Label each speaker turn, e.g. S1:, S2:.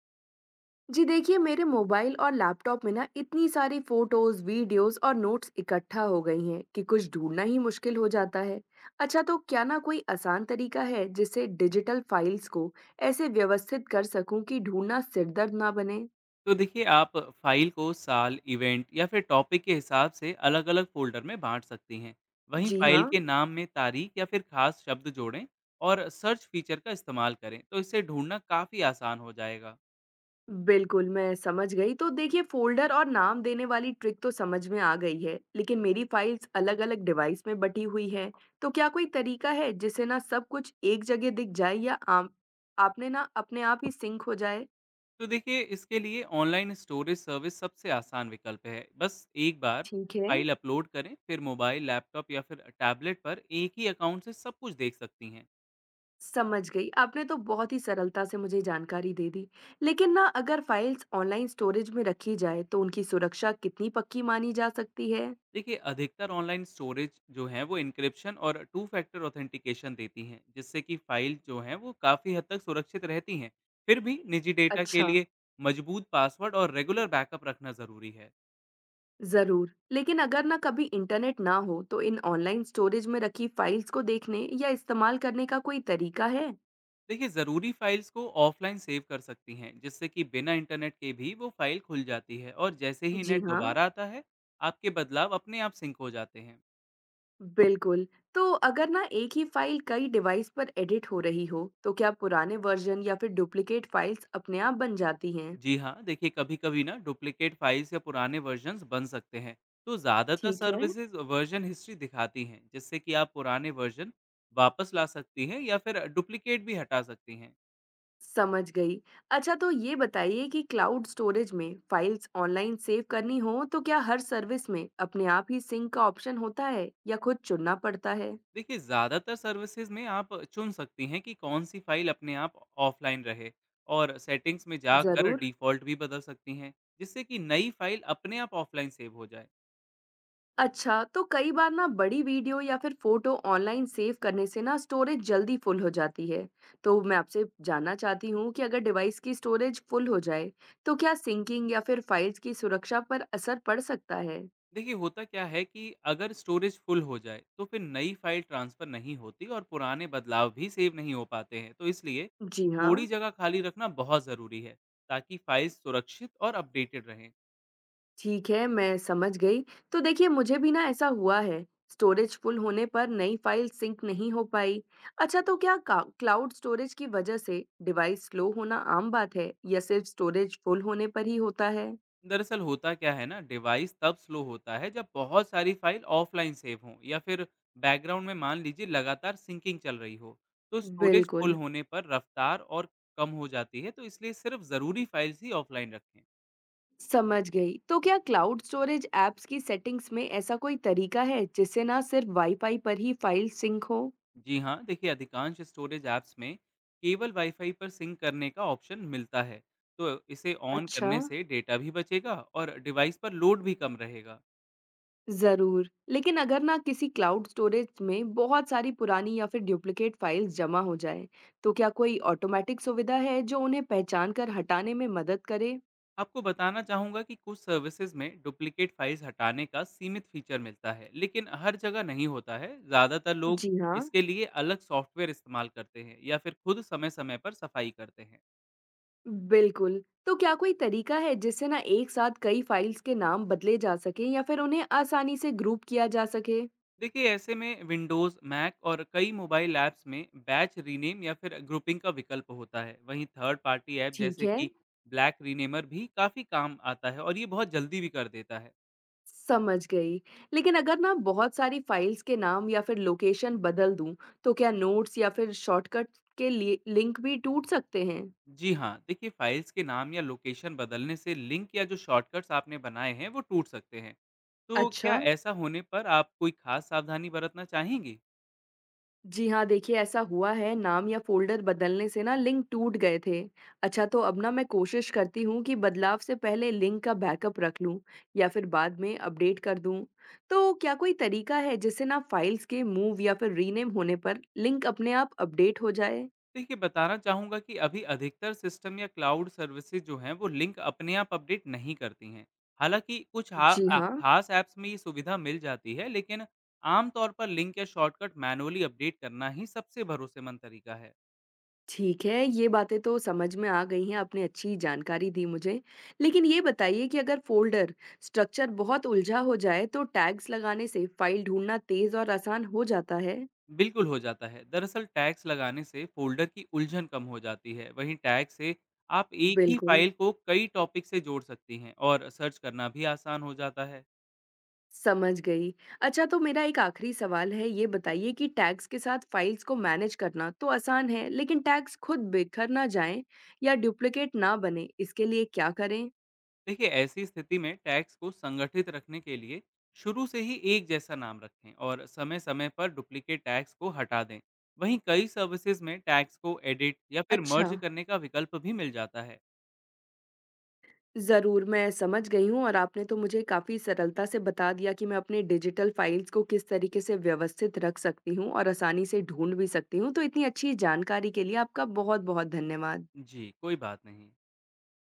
S1: जी देखिए मेरे मोबाइल और लैपटॉप में ना इतनी सारी फोटोज, वीडियोस और नोट्स इकट्ठा हो गई हैं कि कुछ ढूंढना ही मुश्किल हो जाता है। अच्छा, तो क्या ना कोई आसान तरीका है जिससे डिजिटल फाइल्स को ऐसे व्यवस्थित कर सकूं कि ढूंढना सिरदर्द ना बने?
S2: तो देखिए आप फाइल को साल, इवेंट या फिर टॉपिक के हिसाब से अलग-अलग फ़ोल्डर में बाँट सकती हैं। वहीं
S1: जी
S2: फाइल
S1: हाँ,
S2: के नाम में तारीख या फिर ख़ास शब्द जोड़ें और सर्च फीचर का इस्तेमाल करें, तो इसे ढूँढना काफ़ी आसान हो जाएगा।
S1: बिल्कुल, मैं समझ गई। तो देखिए फ़ोल्डर और नाम देने वाली ट्रिक तो समझ में आ गई है, लेकिन मेरी फ़ाइल्स अलग-अलग डिवाइस में बँटी हुई हैं। तो क्या कोई तरीका है जिससे ना सब कुछ एक जगह दिख जाए या आम आपने ना अपने आप ही सिंक हो जाए?
S2: तो देखिए इसके लिए ऑनलाइन स्टोरेज सर्विस सबसे आसान विकल्प है। बस एक बार
S1: ठीक है,
S2: फाइल अपलोड करें, फिर मोबाइल, लैपटॉप या फिर टैबलेट पर एक ही अकाउंट से सब कुछ देख सकती हैं।
S1: समझ गई। आपने तो बहुत ही सरलता से मुझे जानकारी दे दी। लेकिन ना अगर फ़ाइल्स ऑनलाइन स्टोरेज में रखी जाए तो उनकी सुरक्षा कितनी पक्की मानी जा सकती है?
S2: देखिए अधिकतर ऑनलाइन स्टोरेज जो है वो इंक्रिप्शन और टू फैक्टर ऑथेंटिकेशन देती हैं, जिससे कि फाइल जो है वो काफ़ी हद तक सुरक्षित रहती हैं। फिर भी निजी डेटा के
S1: अच्छा।
S2: लिए मजबूत पासवर्ड और रेगुलर बैकअप रखना ज़रूरी है।
S1: जरूर, लेकिन अगर ना कभी इंटरनेट ना हो तो इन ऑनलाइन स्टोरेज में रखी फाइल्स को देखने या इस्तेमाल करने का कोई तरीका है?
S2: देखिए ज़रूरी फाइल्स को ऑफलाइन सेव कर सकती हैं, जिससे कि बिना इंटरनेट के भी वो फाइल खुल जाती है और जैसे ही
S1: जी
S2: नेट
S1: हाँ।
S2: दोबारा आता है, आपके बदलाव अपने आप सिंक हो जाते हैं।
S1: बिल्कुल। तो अगर ना एक ही फाइल कई डिवाइस पर एडिट हो रही हो तो क्या पुराने वर्जन या फिर डुप्लीकेट फाइल्स अपने आप बन जाती हैं?
S2: जी हाँ, देखिए कभी कभी ना डुप्लीकेट फाइल्स या पुराने वर्जन्स बन सकते हैं, तो ज़्यादातर
S1: ठीक है।
S2: सर्विसेज वर्जन हिस्ट्री दिखाती हैं, जिससे कि आप पुराने वर्जन वापस ला सकती हैं या फिर डुप्लीकेट भी हटा सकती हैं।
S1: समझ गई। अच्छा, तो ये बताइए कि क्लाउड स्टोरेज में फाइल्स ऑनलाइन सेव करनी हो तो क्या हर सर्विस में अपने आप ही सिंक का ऑप्शन होता है या खुद चुनना पड़ता है?
S2: देखिए ज़्यादातर सर्विसेज में आप चुन सकती हैं कि कौन सी फाइल अपने आप ऑफलाइन रहे, और सेटिंग्स में जाकर
S1: जरूर।
S2: डिफ़ॉल्ट भी बदल सकती हैं, जिससे कि नई फाइल अपने आप ऑफलाइन सेव हो जाए।
S1: अच्छा, तो कई बार ना बड़ी वीडियो या फिर फोटो ऑनलाइन सेव करने से ना स्टोरेज जल्दी फुल हो जाती है। तो मैं आपसे जानना चाहती हूँ कि अगर डिवाइस की स्टोरेज फुल हो जाए तो क्या सिंकिंग या फिर फाइल्स की सुरक्षा पर असर पड़ सकता है?
S2: देखिए होता क्या है कि अगर स्टोरेज फुल हो जाए, तो फिर नई फाइल ट्रांसफर नहीं होती और पुराने बदलाव भी सेव नहीं हो पाते हैं, तो इसलिए
S1: जी हाँ।
S2: थोड़ी जगह खाली रखना बहुत ज़रूरी है, ताकि फाइल सुरक्षित और अपडेटेड रहें।
S1: ठीक है, मैं समझ गई। तो देखिए मुझे भी ना ऐसा हुआ है, स्टोरेज फुल होने पर नई फाइल सिंक नहीं हो पाई। अच्छा, तो क्या क्लाउड स्टोरेज की वजह से डिवाइस स्लो होना आम बात है या सिर्फ स्टोरेज फुल होने पर ही होता है?
S2: दरअसल होता क्या है ना, डिवाइस तब स्लो होता है जब बहुत सारी फाइल ऑफलाइन सेव हों, या फिर बैकग्राउंड में मान लीजिए लगातार सिंकिंग चल रही हो, तो स्टोरेज फुल
S1: बिल्कुल,
S2: होने पर रफ्तार और कम हो जाती है, तो इसलिए सिर्फ ज़रूरी फाइल्स ही ऑफलाइन रखें।
S1: समझ गई। तो क्या क्लाउड स्टोरेज ऐप्स की सेटिंग्स में ऐसा कोई तरीका है जिससे ना सिर्फ वाईफाई पर ही फाइल सिंक हो?
S2: जी हाँ, देखिए अधिकांश स्टोरेज ऐप्स में केवल वाईफाई पर सिंक करने का ऑप्शन मिलता है, तो इसे ऑन
S1: अच्छा।
S2: करने से डेटा भी बचेगा और डिवाइस पर लोड भी कम रहेगा।
S1: ज़रूर। लेकिन अगर ना किसी क्लाउड स्टोरेज में बहुत सारी पुरानी या फिर डुप्लिकेट फाइल्स जमा हो जाए, तो क्या कोई ऑटोमेटिक सुविधा है जो उन्हें पहचान कर हटाने में मदद करे?
S2: आपको बताना चाहूँगा कि कुछ सर्विसेज में डुप्लीकेट फाइल्स हटाने का सीमित फीचर मिलता है, लेकिन हर जगह नहीं होता है। ज़्यादातर लोग
S1: जी हाँ,
S2: इसके लिए अलग सॉफ्टवेयर इस्तेमाल करते हैं या फिर खुद समय समय पर सफाई करते हैं।
S1: बिल्कुल। तो क्या कोई तरीका है जिससे ना एक साथ कई फाइल्स के नाम बदले जा सके या फिर उन्हें आसानी से ग्रुप किया जा सके?
S2: देखिए ऐसे में विंडोज़, मैक और कई मोबाइल ऐप्स में बैच रीनेम या फिर ग्रुपिंग का विकल्प होता है। वहीं थर्ड पार्टी ऐप
S1: ठीक
S2: जैसे
S1: है।
S2: कि ब्लैक रीनेमर भी काफ़ी काम आता है और ये बहुत जल्दी भी कर देता है।
S1: समझ गई। लेकिन अगर ना बहुत सारी फाइल्स के नाम या फिर लोकेशन बदल दूँ, तो क्या नोट्स या फिर शॉर्टकट के लिए लिंक भी टूट सकते हैं?
S2: जी हाँ, देखिए फाइल्स के नाम या लोकेशन बदलने से लिंक या जो शॉर्टकट्स आपने बनाए हैं वो टूट सकते हैं। तो क्या
S1: अच्छा।
S2: ऐसा होने पर आप कोई खास सावधानी बरतना चाहेंगी?
S1: जी हाँ, देखिए ऐसा हुआ है, नाम या फ़ोल्डर बदलने से ना लिंक टूट गए थे। अच्छा, तो अब ना मैं कोशिश करती हूँ कि बदलाव से पहले लिंक का बैकअप रख लूँ या फिर बाद में अपडेट कर दूँ। तो क्या कोई तरीका है जिससे ना फाइल्स के मूव या फिर रीनेम होने पर लिंक अपने आप अपडेट हो जाए?
S2: देखिए बताना चाहूँगा कि अभी अधिकतर सिस्टम या क्लाउड सर्विसेज जो हैं वो लिंक अपने आप अपडेट नहीं करती हैं। हालाँकि कुछ
S1: जी हाँ।
S2: खास ऐप्स में ये सुविधा मिल जाती है, लेकिन आमतौर पर लिंक या शॉर्टकट मैनुअली अपडेट करना ही सबसे भरोसेमंद तरीका है।
S1: ठीक है, ये बातें तो समझ में आ गई हैं, आपने अच्छी जानकारी दी मुझे। लेकिन ये बताइए कि अगर फ़ोल्डर स्ट्रक्चर बहुत उलझा हो जाए, तो टैग्स लगाने से फ़ाइल ढूँढना तेज़ और आसान हो जाता है?
S2: बिल्कुल हो जाता है। दरअसल टैग्स लगाने से फ़ोल्डर की उलझन कम हो जाती है। वहीं टैग से आप एक ही
S1: बिल्कुल,
S2: फ़ाइल को कई टॉपिक से जोड़ सकती हैं और सर्च करना भी आसान हो जाता है।
S1: समझ गई। अच्छा, तो मेरा एक आखिरी सवाल है, ये बताइए कि टैग्स के साथ फ़ाइल्स को मैनेज करना तो आसान है, लेकिन टैग्स खुद बिखर ना जाएँ या डुप्लिकेट ना बनें, इसके लिए क्या करें?
S2: देखिए ऐसी स्थिति में टैक्स को संगठित रखने के लिए शुरू से ही एक जैसा नाम रखें और समय समय पर डुप्लीकेट टैक्स को हटा दें। वहीं कई सर्विसेज में टैक्स को एडिट या फिर
S1: अच्छा।
S2: मर्ज करने का विकल्प भी मिल जाता है।
S1: ज़रूर, मैं समझ गई हूँ और आपने तो मुझे काफ़ी सरलता से बता दिया कि मैं अपने डिजिटल फाइल्स को किस तरीके से व्यवस्थित रख सकती हूँ और आसानी से ढूँढ भी सकती हूँ। तो इतनी अच्छी जानकारी के लिए आपका बहुत-बहुत धन्यवाद।
S2: जी कोई बात नहीं।